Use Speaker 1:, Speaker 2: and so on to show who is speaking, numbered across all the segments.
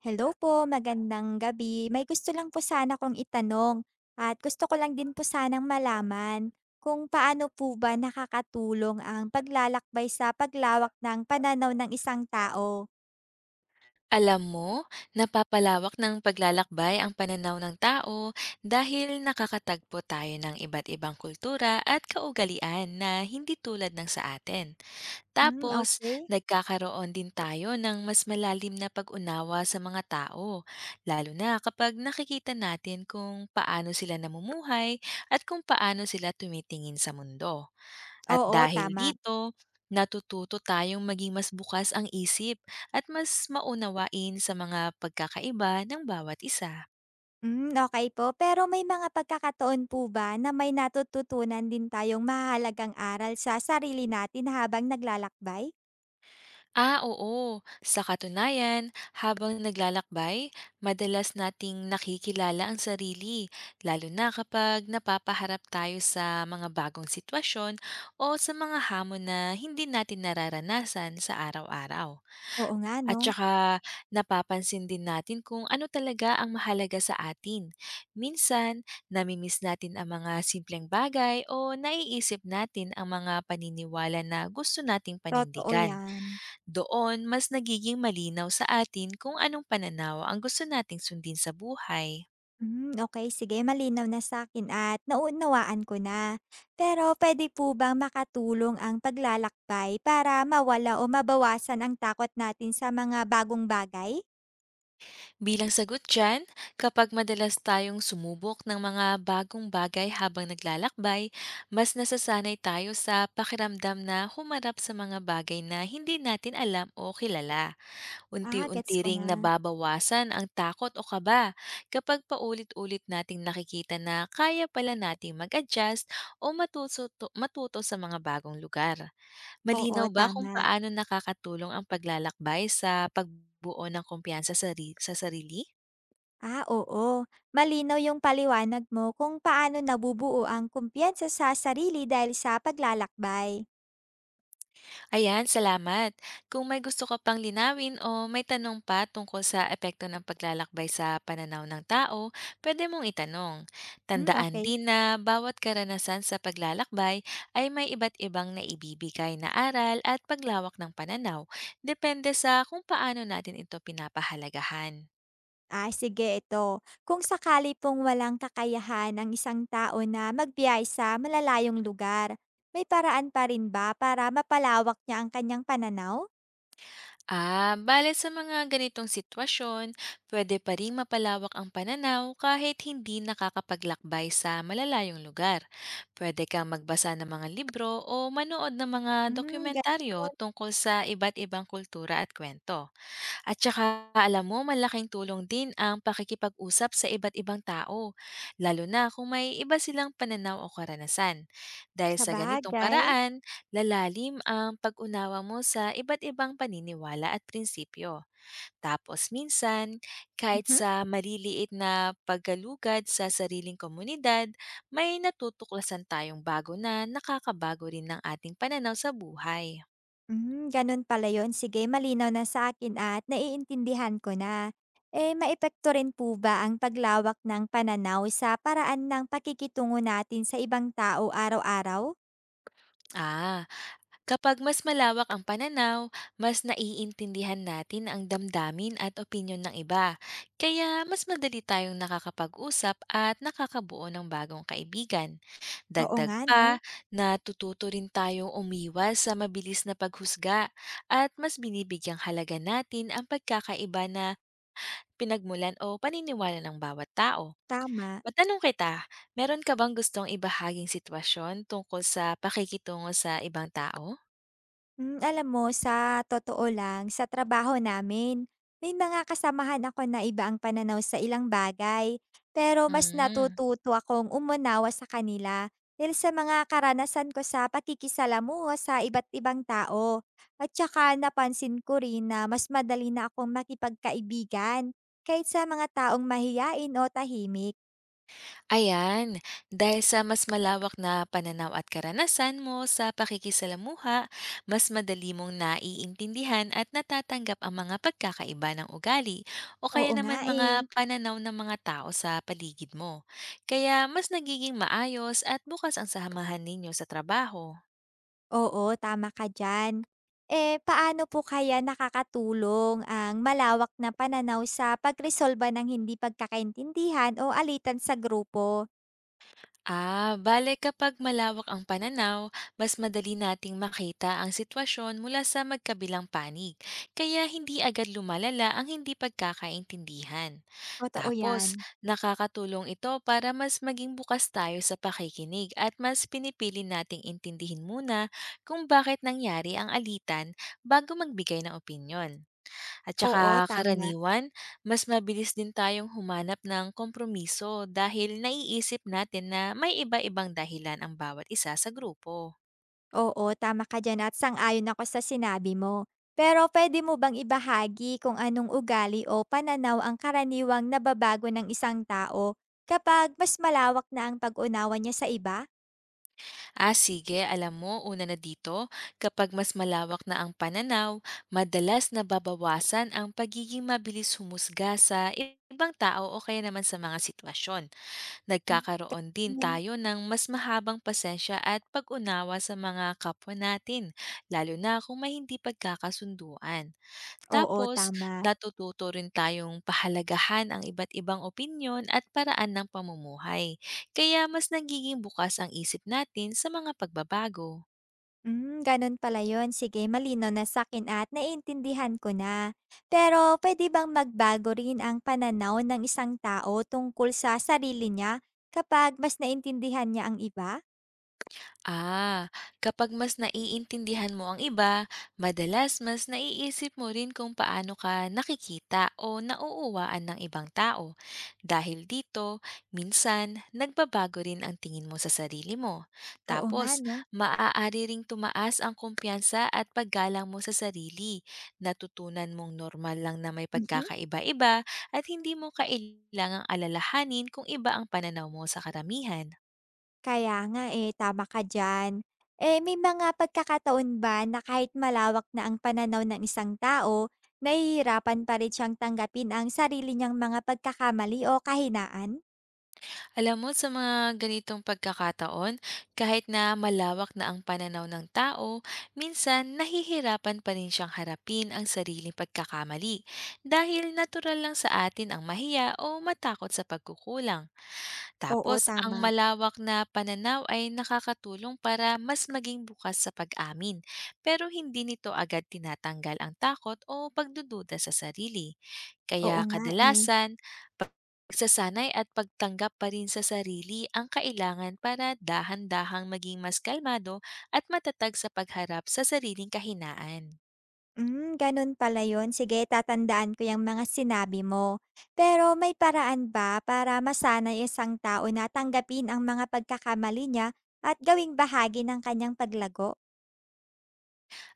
Speaker 1: Hello po, magandang gabi. May gusto lang po sana akong itanong at gusto ko lang din po sanang malaman kung paano po ba nakakatulong ang paglalakbay sa paglawak ng pananaw ng isang tao?
Speaker 2: Alam mo, napapalawak ng paglalakbay ang pananaw ng tao dahil nakakatagpo tayo ng iba't ibang kultura at kaugalian na hindi tulad ng sa atin.
Speaker 1: Hmm,
Speaker 2: Tapos,
Speaker 1: okay.
Speaker 2: nagkakaroon din tayo ng mas malalim na pag-unawa sa mga tao, lalo na kapag nakikita natin kung paano sila namumuhay at kung paano sila tumitingin sa mundo. At
Speaker 1: Oo,
Speaker 2: dahil
Speaker 1: tama.
Speaker 2: dito, natututo tayong maging mas bukas ang isip at mas maunawain sa mga pagkakaiba ng bawat isa.
Speaker 1: Hmm, okey po. Pero may mga pagkakataon po ba na may natututunan din tayong mahalagang aral sa sarili natin habang naglalakbay?
Speaker 2: Ah, oo. Sa katunayan, habang naglalakbay, madalas nating nakikilala ang sarili, lalo na kapag napapaharap tayo sa mga bagong sitwasyon o sa mga hamon na hindi natin nararanasan sa araw-araw.
Speaker 1: Oo nga
Speaker 2: At
Speaker 1: 'no,
Speaker 2: saka napapansin din natin kung ano talaga ang mahalaga sa atin. Minsan, namimiss natin ang mga simpleng bagay o naiisip natin ang mga paniniwala na gusto nating
Speaker 1: totoo
Speaker 2: panindigan.
Speaker 1: yan.
Speaker 2: Doon, mas nagiging malinaw sa atin kung anong pananaw ang gusto nating sundin sa buhay.
Speaker 1: Hmm, okay, sige malinaw na sa'kin at nauunawaan ko na. Pero puwede po bang makatulong ang paglalakbay para mawala o mabawasan ang takot natin sa mga bagong bagay?
Speaker 2: Bilang sagot dyan, kapag madalas tayong sumubok ng mga bagong bagay habang naglalakbay, mas nasasanay tayo sa pakiramdam na humarap sa mga bagay na hindi natin alam o kilala.
Speaker 1: Ah, gets
Speaker 2: Unti-unti
Speaker 1: ko
Speaker 2: ring
Speaker 1: na.
Speaker 2: nababawasan ang takot o kaba kapag paulit-ulit nating nakikita na kaya pala nating mag-adjust o matuto sa mga bagong lugar.
Speaker 1: Oo,
Speaker 2: Malinaw ba kung
Speaker 1: tama.
Speaker 2: paano nakakatulong ang paglalakbay sa pagbuo ng kumpiyansa sa sarili?
Speaker 1: Ah, oo. Malinaw yung paliwanag mo kung paano nabubuo ang kumpiyansa sa sarili dahil sa paglalakbay.
Speaker 2: Ayan, salamat. Kung may gusto ka pang linawin o may tanong pa tungkol sa epekto ng paglalakbay sa pananaw ng tao, pwede mong itanong.
Speaker 1: Hmm,
Speaker 2: Tandaan
Speaker 1: okay.
Speaker 2: din na bawat karanasan sa paglalakbay ay may iba't ibang naibibigay na aral at paglawak ng pananaw, depende sa kung paano natin ito pinapahalagahan.
Speaker 1: Ah, sige ito. Kung sakali pong walang kakayahan ng isang tao na magbiyahe sa malalayong lugar, may paraan pa rin ba para mapalawak niya ang kanyang pananaw?
Speaker 2: Ah, bale sa mga ganitong sitwasyon, pwede pa rin mapalawak ang pananaw kahit hindi nakakapaglakbay sa malalayong lugar. Pwede kang magbasa ng mga libro o manood ng mga
Speaker 1: Hmm,
Speaker 2: dokumentaryo
Speaker 1: ganun.
Speaker 2: tungkol sa iba't ibang kultura at kwento. At saka alam mo, malaking tulong din ang pakikipag-usap sa iba't ibang tao, lalo na kung may iba silang pananaw o karanasan. Dahil
Speaker 1: Sa
Speaker 2: sa ganitong
Speaker 1: bagay.
Speaker 2: paraan, lalalim ang pag-unawa mo sa iba't ibang paniniwala at prinsipyo. Tapos minsan, kahit
Speaker 1: Mhm.
Speaker 2: sa maliliit na paggalugad sa sariling komunidad, may natutuklasan tayong bago na nakakabago rin ng ating pananaw sa buhay.
Speaker 1: Hmm, ganun pala yun. Sige, malinaw na sa akin at naiintindihan ko na. Eh, maepekto rin po ba ang paglawak ng pananaw sa paraan ng pakikitungo natin sa ibang tao araw-araw?
Speaker 2: Ah, Kapag mas malawak ang pananaw, mas naiintindihan natin ang damdamin at opinyon ng iba. Kaya mas madali tayong nakakapag-usap at nakakabuo ng bagong kaibigan.
Speaker 1: Oo
Speaker 2: Dagdag
Speaker 1: nga, no?
Speaker 2: pa, natututo rin tayong umiwas sa mabilis na paghusga at mas binibigyang halaga natin ang pagkakaiba na pinagmulan o paniniwala ng bawat tao.
Speaker 1: Tama.
Speaker 2: Matanong kita, meron ka bang gustong ibahaging sitwasyon tungkol sa pakikitungo sa ibang tao?
Speaker 1: Hmm, alam mo sa totoo lang, sa trabaho namin, may mga kasamahan ako na iba ang pananaw sa ilang bagay. Pero mas
Speaker 2: Mm.
Speaker 1: natututo akong umunawa sa kanila dahil sa mga karanasan ko sa pakikisalamuha sa iba't ibang tao. At saka napansin ko rin na mas madali na akong makipagkaibigan kahit sa mga taong mahiyain o tahimik.
Speaker 2: Ayan, dahil sa mas malawak na pananaw at karanasan mo sa pakikisalamuha, mas madali mong naiintindihan at natatanggap ang mga pagkakaiba ng ugali o kaya
Speaker 1: Oo nga
Speaker 2: naman
Speaker 1: eh.
Speaker 2: mga pananaw ng mga tao sa paligid mo. Kaya mas nagiging maayos at bukas ang samahan ninyo sa trabaho.
Speaker 1: Oo, tama ka diyan. Eh, paano po kaya nakakatulong ang malawak na pananaw sa pagresolba ng hindi pagkakaintindihan o alitan sa grupo?
Speaker 2: Ah, bale kapag malawak ang pananaw, mas madali nating makita ang sitwasyon mula sa magkabilang panig, kaya hindi agad lumalala ang hindi pagkakaintindihan.
Speaker 1: Totoo
Speaker 2: Tapos,
Speaker 1: 'yan.
Speaker 2: nakakatulong ito para mas maging bukas tayo sa pakikinig at mas pinipili nating intindihin muna kung bakit nangyari ang alitan bago magbigay ng opinyon. At
Speaker 1: Oo,
Speaker 2: saka
Speaker 1: tama.
Speaker 2: karaniwan, mas mabilis din tayong humanap ng kompromiso dahil naiisip natin na may iba-ibang dahilan ang bawat isa sa grupo.
Speaker 1: Oo, tama ka diyan at sang-ayon ako sa sinabi mo. Pero puwede mo bang ibahagi kung anong ugali o pananaw ang karaniwang nababago ng isang tao kapag mas malawak na ang pag-unawa niya sa iba?
Speaker 2: Ah sige, alam mo, una na dito, kapag mas malawak na ang pananaw, madalas nababawasan ang pagiging mabilis humusga sa ibang tao o kaya naman sa mga sitwasyon. Nagkakaroon din
Speaker 1: Mm,
Speaker 2: tayo ng mas mahabang pasensya at pag-unawa sa mga kapwa natin, lalo na kung may hindi pagkakasunduan.
Speaker 1: oo,
Speaker 2: Tapos
Speaker 1: tama.
Speaker 2: natututo rin tayong pahalagahan ang iba't ibang opinyon at paraan ng pamumuhay. Kaya mas nagiging bukas ang isip natin sa mga pagbabago.
Speaker 1: Hmm, ganun pala yun. Sige, malino na sa akin at naiintindihan ko na. Pero puwede bang magbago rin ang pananaw ng isang tao tungkol sa sarili niya kapag mas naintindihan niya ang iba?
Speaker 2: Ah, kapag mas naiintindihan mo ang iba, madalas mas naiisip mo rin kung paano ka nakikita o nauuwaan ng ibang tao. Dahil dito, minsan nagbabago rin ang tingin mo sa sarili mo.
Speaker 1: Oo nga
Speaker 2: Tapos,
Speaker 1: 'no?
Speaker 2: maaari ring tumaas ang kumpiyansa at paggalang mo sa sarili. Natutunan mong normal lang na may
Speaker 1: Mhm.
Speaker 2: pagkakaiba-iba at hindi mo kailangang alalahanin kung iba ang pananaw mo sa karamihan.
Speaker 1: Kaya nga eh, tama ka diyan. Eh, may mga pagkakataon ba na kahit malawak na ang pananaw ng isang tao, nahihirapan pa rin siyang tanggapin ang sarili niyang mga pagkakamali o kahinaan?
Speaker 2: Alam mo, sa mga ganitong pagkakataon, kahit na malawak na ang pananaw ng tao, minsan nahihirapan pa rin siyang harapin ang sariling pagkakamali dahil natural lang sa atin ang mahiya o matakot sa pagkukulang.
Speaker 1: Oo,
Speaker 2: Tapos ang
Speaker 1: tama.
Speaker 2: malawak na pananaw ay nakakatulong para mas maging bukas sa pag-amin. Pero hindi nito agad tinatanggal ang takot o pagdududa sa sarili.
Speaker 1: Oo
Speaker 2: Kaya
Speaker 1: nga eh.
Speaker 2: kadalasan, pagsasanay at pagtanggap pa rin sa sarili ang kailangan para dahan-dahang maging mas kalmado at matatag sa pagharap sa sariling kahinaan.
Speaker 1: Hmm, ganun pala yun. Sige, tatandaan ko yung mga sinabi mo. Pero may paraan ba para masanay isang tao na tanggapin ang mga pagkakamali niya at gawing bahagi ng kanyang paglago?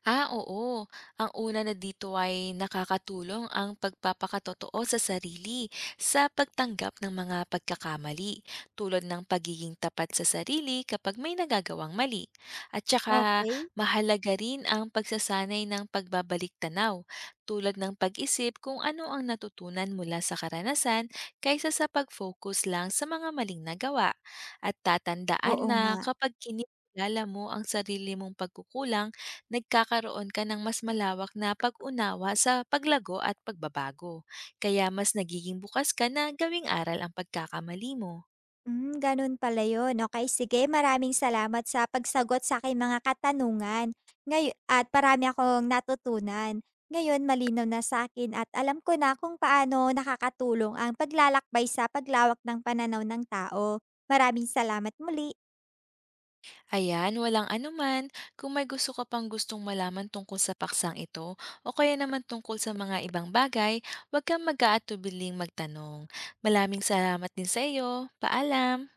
Speaker 2: Ah, oo. Ang una na dito ay nakakatulong ang pagpapakatotoo sa sarili sa pagtanggap ng mga pagkakamali, tulad ng pagiging tapat sa sarili kapag may nagagawang mali. At saka
Speaker 1: Okay.
Speaker 2: mahalaga rin ang pagsasanay ng pagbabalik tanaw, tulad ng pag-isip kung ano ang natutunan mula sa karanasan kaysa sa pag-focus lang sa mga maling nagawa. At tatandaan
Speaker 1: Oo
Speaker 2: na
Speaker 1: nga.
Speaker 2: kapag kinikilala mo ang sarili mong pagkukulang, nagkakaroon ka ng mas malawak na pag-unawa sa paglago at pagbabago. Kaya mas nagiging bukas ka na gawing aral ang pagkakamali mo.
Speaker 1: Hmm, ganun pala yun. Okey, sige maraming salamat sa pagsagot sa sa'king mga katanungan ngayon at marami akong natutunan. Ngayon malinaw na sa akin at alam ko na kung paano nakakatulong ang paglalakbay sa paglawak ng pananaw ng tao. Maraming salamat muli.
Speaker 2: Ayan, walang anuman. Kung may gusto ka pang gustong malaman tungkol sa paksang ito o kaya naman tungkol sa mga ibang bagay, huwag kang mag-aatubiling magtanong. Malaming salamat din sa iyo. Paalam!